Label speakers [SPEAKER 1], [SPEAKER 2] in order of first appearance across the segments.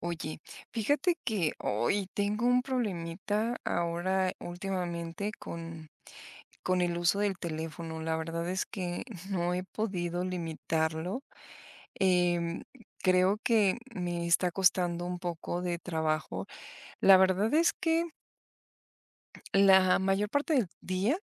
[SPEAKER 1] Oye, fíjate que hoy tengo un problemita ahora últimamente con el uso del teléfono. La verdad es que no he podido limitarlo. Em, Creo que me está costando un poco de trabajo. La verdad es que la mayor parte del día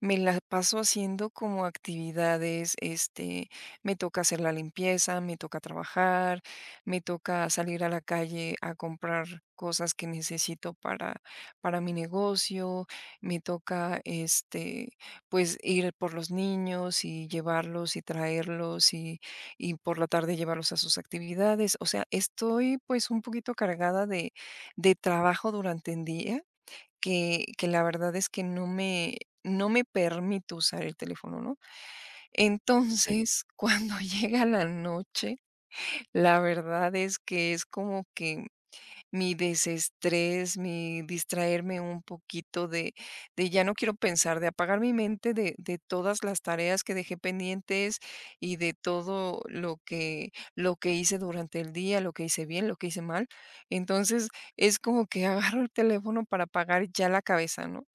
[SPEAKER 1] me la paso haciendo como actividades, me toca hacer la limpieza, me toca trabajar, me toca salir a la calle a comprar cosas que necesito para mi negocio, me toca, pues ir por los niños y llevarlos y traerlos y por la tarde llevarlos a sus actividades. O sea, estoy pues un poquito cargada de trabajo durante el día que la verdad es que no me permito usar el teléfono, ¿no? Entonces, cuando llega la noche, la verdad es que es como que mi desestrés, mi distraerme un poquito de ya no quiero pensar, de apagar mi mente de todas las tareas que dejé pendientes y de todo lo que hice durante el día, lo que hice bien, lo que hice mal. Entonces, es como que agarro el teléfono para apagar ya la cabeza, ¿no?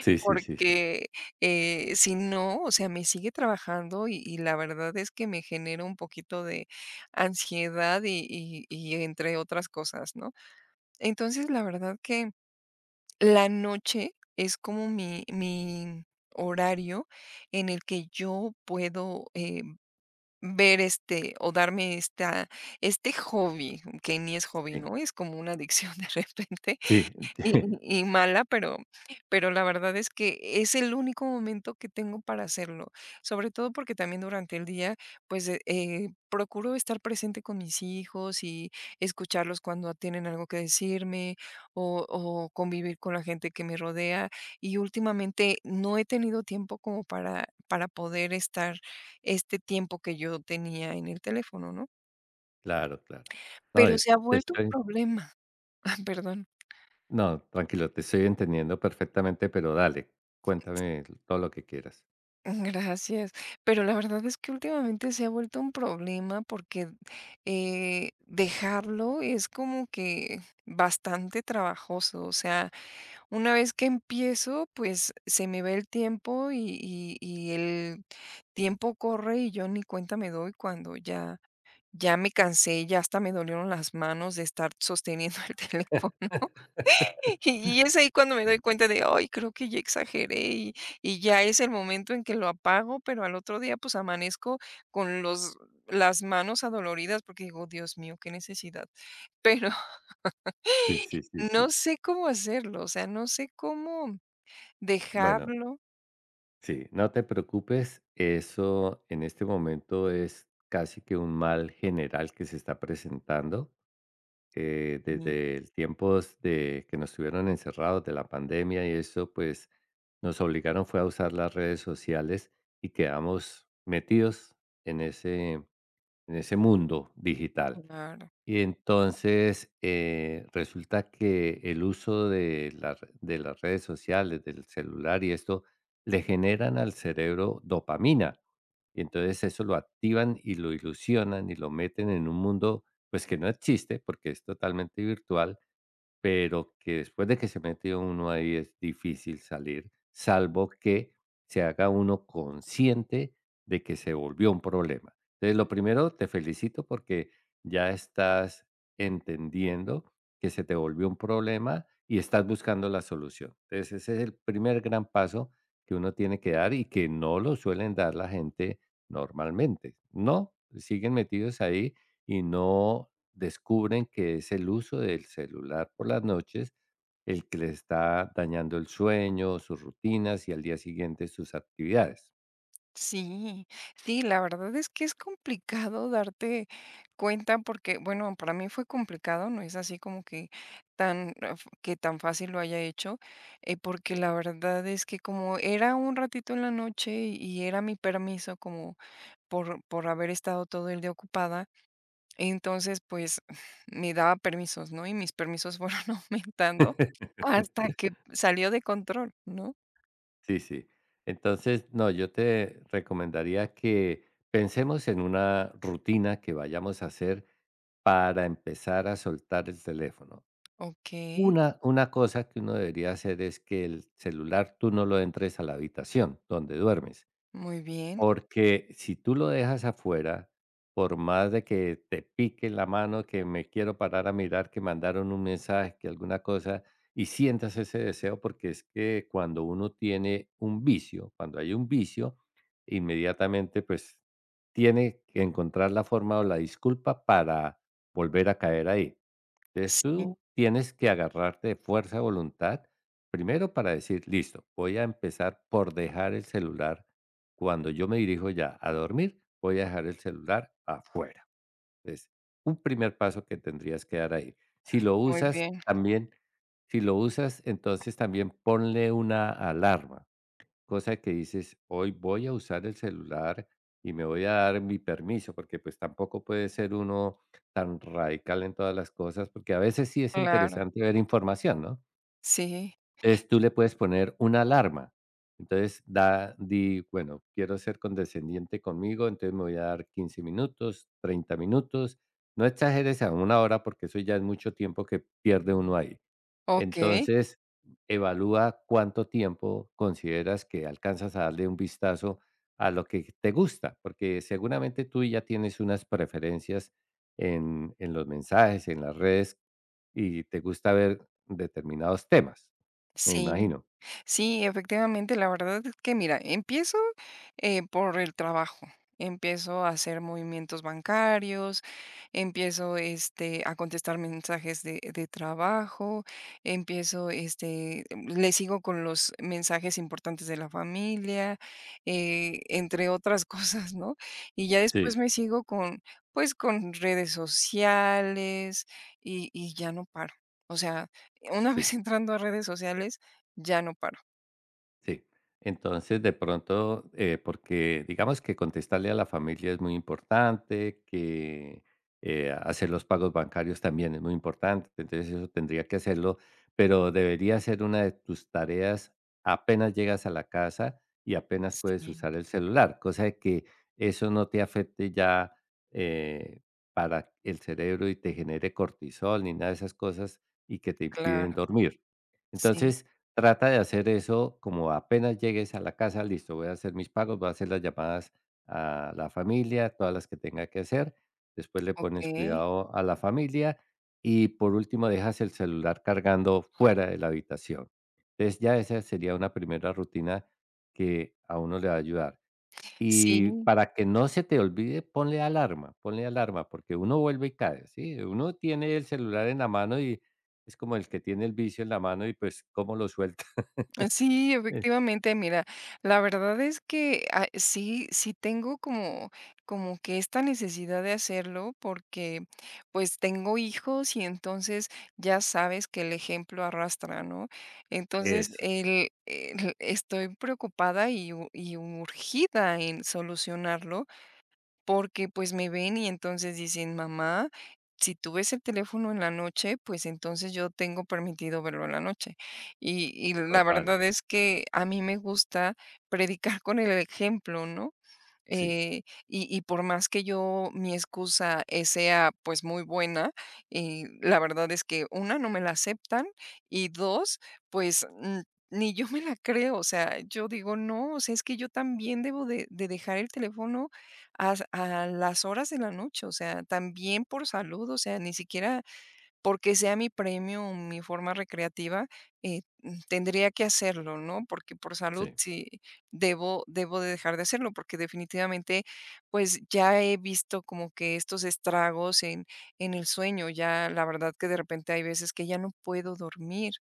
[SPEAKER 2] Sí, sí, sí, sí, sí,
[SPEAKER 1] Porque, si no, o sea, me sigue trabajando y la verdad es que me genera un poquito de ansiedad y entre otras cosas, ¿no? Entonces, la verdad que la noche es como mi horario en el que yo puedo, ver, o darme esta este hobby, que ni es hobby,
[SPEAKER 2] sí,
[SPEAKER 1] ¿no? Es como una adicción de repente. Y y mala, pero la verdad es que es el único momento que tengo para hacerlo, sobre todo porque también durante el día, pues, procuro estar presente con mis hijos y escucharlos cuando tienen algo que decirme o convivir con la gente que me rodea. Y últimamente no he tenido tiempo como para poder estar este tiempo que yo tenía en el teléfono, ¿no?
[SPEAKER 2] claro, claro. No,
[SPEAKER 1] Pero
[SPEAKER 2] es
[SPEAKER 1] se ha
[SPEAKER 2] te
[SPEAKER 1] vuelto un
[SPEAKER 2] estoy
[SPEAKER 1] problema. Ah, perdón.
[SPEAKER 2] no, tranquilo, te estoy entendiendo perfectamente, pero dale, cuéntame todo lo que quieras.
[SPEAKER 1] Gracias. Pero la verdad es que últimamente se ha vuelto un problema porque dejarlo es como que bastante trabajoso. O sea, una vez que empiezo, pues se me va el tiempo y el tiempo corre y yo ni cuenta me doy cuando ya, ya me cansé, ya hasta me dolieron las manos de estar sosteniendo el teléfono. Y es ahí cuando me doy
[SPEAKER 2] Ujú.
[SPEAKER 1] cuenta de, ay, creo que ya exageré y ya es el momento en que lo apago, pero al otro día, pues, amanezco con los las manos adoloridas porque digo: "Dios mío, qué necesidad". Pero
[SPEAKER 2] Sí, sí, sí, sí.
[SPEAKER 1] no sé cómo hacerlo, o sea, no sé cómo
[SPEAKER 2] Bueno,
[SPEAKER 1] dejarlo.
[SPEAKER 2] sí, no te preocupes, eso en este momento es casi que un mal general que se está presentando.
[SPEAKER 1] Mm,
[SPEAKER 2] Desde el tiempos de que nos tuvieron encerrados de la pandemia y eso, pues nos obligaron fue a usar las redes sociales y quedamos metidos en ese, en ese mundo digital.
[SPEAKER 1] claro.
[SPEAKER 2] Y entonces, resulta que el uso de la re de las redes sociales, del celular y esto, le generan al cerebro dopamina. Y entonces eso lo activan y lo ilusionan y lo meten en un mundo, pues, que no existe, porque es totalmente virtual, pero que después de que se mete uno ahí es difícil salir, salvo que se haga uno consciente de que se volvió un problema. Entonces, lo primero, te felicito porque ya estás entendiendo que se te volvió un problema y estás buscando la solución. Entonces, ese es el primer gran paso que uno tiene que dar y que no lo suelen dar la gente normalmente. No, siguen metidos ahí y no descubren que es el uso del celular por las noches el que les está dañando el sueño, sus rutinas y al día siguiente sus actividades.
[SPEAKER 1] Sí, sí, la verdad es que es complicado darte cuenta porque, bueno, para mí fue complicado, no es así como que tan, que tan fácil lo haya hecho, porque la verdad es que como era un ratito en la noche y era mi permiso como por haber estado todo el día ocupada, entonces pues me daba permisos, ¿no? Y mis permisos fueron aumentando hasta que salió de control, ¿no?
[SPEAKER 2] Sí, sí. Entonces, no, yo te recomendaría que pensemos en una rutina que vayamos a hacer para empezar a soltar el teléfono.
[SPEAKER 1] Ok,
[SPEAKER 2] Una cosa que uno debería hacer es que el celular tú no lo entres a la habitación donde duermes.
[SPEAKER 1] muy bien,
[SPEAKER 2] Porque si tú lo dejas afuera, por más de que te pique la mano, que me quiero parar a mirar, que mandaron un mensaje, que alguna cosa, y sientas ese deseo, porque es que cuando uno tiene un vicio, cuando hay un vicio, inmediatamente pues tiene que encontrar la forma o la disculpa para volver a caer ahí. Entonces,
[SPEAKER 1] sí,
[SPEAKER 2] tú tienes que agarrarte de fuerza de voluntad, primero para decir: "Listo, voy a empezar por dejar el celular cuando yo me dirijo ya a dormir, voy a dejar el celular afuera". Es un primer paso que tendrías que dar ahí. Si lo
[SPEAKER 1] muy
[SPEAKER 2] usas
[SPEAKER 1] bien.
[SPEAKER 2] también si lo usas, entonces también ponle una alarma. Cosa que dices: "Hoy voy a usar el celular y me voy a dar mi permiso", porque, pues, tampoco puede ser uno tan radical en todas las cosas, porque a veces sí es
[SPEAKER 1] Claro,
[SPEAKER 2] interesante ver información, ¿no?
[SPEAKER 1] sí,
[SPEAKER 2] Entonces, tú le puedes poner una alarma. Entonces, da di: "Bueno, quiero ser condescendiente conmigo, entonces me voy a dar 15 minutos, 30 minutos". No exageres a una hora, porque eso ya es mucho tiempo que pierde uno ahí.
[SPEAKER 1] okey,
[SPEAKER 2] Entonces, evalúa cuánto tiempo consideras que alcanzas a darle un vistazo a lo que te gusta, porque seguramente tú ya tienes unas preferencias en los mensajes, en las redes, y te gusta ver determinados temas, me
[SPEAKER 1] sí.
[SPEAKER 2] imagino.
[SPEAKER 1] Sí, efectivamente, la verdad es que mira, empiezo por el trabajo. Empiezo a hacer movimientos bancarios, empiezo a contestar mensajes de trabajo, empiezo, le sigo con los mensajes importantes de la familia, entre otras cosas, ¿no? Y ya después
[SPEAKER 2] Sí,
[SPEAKER 1] me sigo pues, con redes sociales y ya no paro. O sea, una
[SPEAKER 2] sí.
[SPEAKER 1] vez entrando a redes sociales, ya no paro.
[SPEAKER 2] Sí. Entonces, de pronto, porque digamos que contestarle a la familia es muy importante, que hacer los pagos bancarios también es muy importante, entonces eso tendría que hacerlo, pero debería ser una de tus tareas apenas llegas a la casa y apenas puedes
[SPEAKER 1] Sí,
[SPEAKER 2] usar el celular, cosa de que eso no te afecte ya eh, para el cerebro y te genere cortisol ni nada de esas cosas y que te impiden
[SPEAKER 1] claro,
[SPEAKER 2] dormir.
[SPEAKER 1] sí,
[SPEAKER 2] Entonces, trata de hacer eso como apenas llegues a la casa, listo, voy a hacer mis pagos, voy a hacer las llamadas a la familia, todas las que tenga que hacer. Después le pones
[SPEAKER 1] okey.
[SPEAKER 2] cuidado a la familia y por último dejas el celular cargando fuera de la habitación. Entonces, ya esa sería una primera rutina que a uno le va a ayudar.
[SPEAKER 1] Sí,
[SPEAKER 2] Y para que no se te olvide, ponle alarma, porque uno vuelve y cae, ¿sí? Uno tiene el celular en la mano y es como el que tiene el vicio en la mano y pues, ¿cómo lo suelta?
[SPEAKER 1] sí,
[SPEAKER 2] Eh,
[SPEAKER 1] efectivamente, mira, la verdad es que, ah, sí tengo como como que esta necesidad de hacerlo porque, pues, tengo hijos y entonces ya sabes que el ejemplo arrastra, ¿no? Entonces,
[SPEAKER 2] eso,
[SPEAKER 1] el estoy preocupada y u y urgida en solucionarlo. Porque, pues, me ven y entonces dicen: "Mamá, si tú ves el teléfono en la noche, pues, entonces yo tengo permitido verlo en la noche". Y la
[SPEAKER 2] total.
[SPEAKER 1] verdad es que a mí me gusta predicar con el ejemplo, ¿no?
[SPEAKER 2] Sí,
[SPEAKER 1] eh, y por más que yo, mi excusa sea pues muy buena, la verdad es que una, no me la aceptan y dos, pues mm, ni yo me la creo. O sea, yo digo, no, o sea, es que yo también debo de dejar el teléfono a las horas de la noche, o sea, también por salud, o sea, ni siquiera porque sea mi premio o mi forma recreativa, tendría que hacerlo, ¿no? Porque por salud
[SPEAKER 2] sí,
[SPEAKER 1] sí debo de dejar de hacerlo, porque definitivamente pues ya he visto como que estos estragos en el sueño, ya la verdad que de repente hay veces que ya no puedo dormir.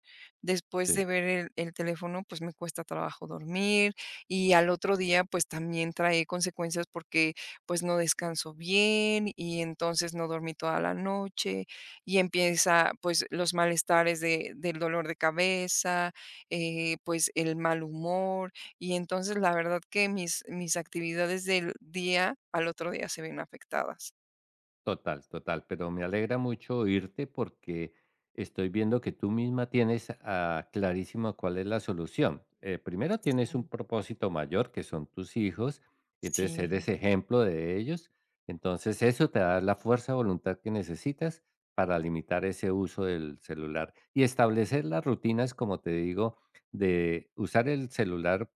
[SPEAKER 1] Después de
[SPEAKER 2] sí.
[SPEAKER 1] ver el teléfono, pues me cuesta trabajo dormir y al otro día pues también trae consecuencias porque pues no descanso bien y entonces no dormí toda la noche y empieza, pues, los malestares de del dolor de cabeza, pues, el mal humor, y entonces la verdad que mis actividades del día al otro día se ven afectadas.
[SPEAKER 2] Total, total, pero me alegra mucho oírte porque estoy viendo que tú misma tienes ah, clarísimo cuál es la solución. Primero tienes un
[SPEAKER 1] Mm,
[SPEAKER 2] propósito mayor que son tus hijos, y entonces
[SPEAKER 1] sí.
[SPEAKER 2] eres ejemplo de ellos, entonces eso te da la fuerza de voluntad que necesitas para limitar ese uso del celular y establecer las rutinas, como te digo, de usar el celular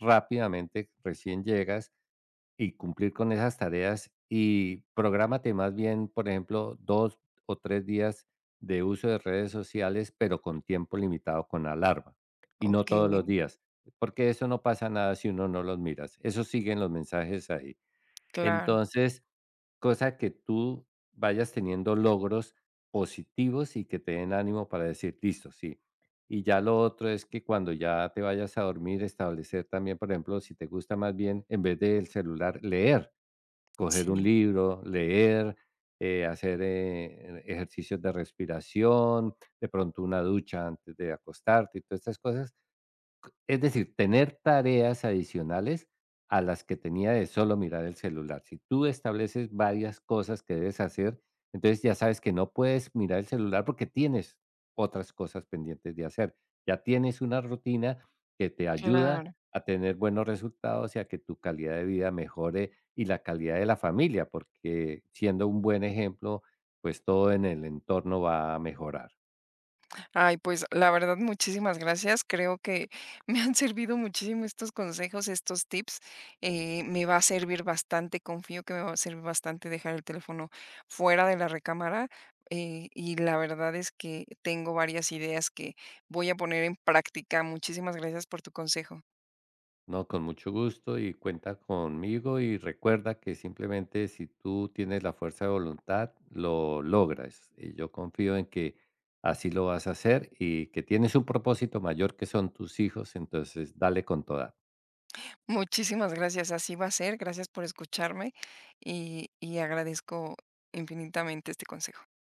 [SPEAKER 2] rápidamente, recién llegas y cumplir con esas tareas y prográmate más bien, por ejemplo, 2 o 3 días de uso de redes sociales, pero con tiempo limitado, con alarma, y no todos los
[SPEAKER 1] Okey,
[SPEAKER 2] días, porque eso no pasa nada si uno no los miras, eso siguen los mensajes ahí.
[SPEAKER 1] claro,
[SPEAKER 2] Entonces, cosa que tú vayas teniendo logros positivos y que te den ánimo para decir: "Listo, sí". Y ya lo otro es que cuando ya te vayas a dormir, establecer también, por ejemplo, si te gusta más bien, en vez del celular, leer coger un
[SPEAKER 1] sí,
[SPEAKER 2] libro, leer, hacer ejercicios de respiración, de pronto una ducha antes de acostarte y todas estas cosas es decir, tener tareas adicionales a las que tenía de solo mirar el celular. Si tú estableces varias cosas que debes hacer, entonces ya sabes que no puedes mirar el celular porque tienes otras cosas pendientes de hacer. Ya tienes una rutina que te ayuda
[SPEAKER 1] claro.
[SPEAKER 2] a tener buenos resultados y a que tu calidad de vida mejore y la calidad de la familia, porque siendo un buen ejemplo, pues todo en el entorno va a mejorar.
[SPEAKER 1] Ay, pues la verdad, muchísimas gracias. Creo que me han servido muchísimo estos consejos, estos tips. Me va a servir bastante, confío que me va a servir bastante dejar el teléfono fuera de la recámara. Eh, y la verdad es que tengo varias ideas que voy a poner en práctica. Muchísimas gracias por tu consejo.
[SPEAKER 2] No, con mucho gusto y cuenta conmigo y recuerda que simplemente si tú tienes la fuerza de voluntad, lo logras. Y yo confío en que así lo vas a hacer y que tienes un propósito mayor que son tus hijos, entonces dale con toda.
[SPEAKER 1] Muchísimas gracias, así va a ser. Gracias por escucharme y agradezco infinitamente este consejo.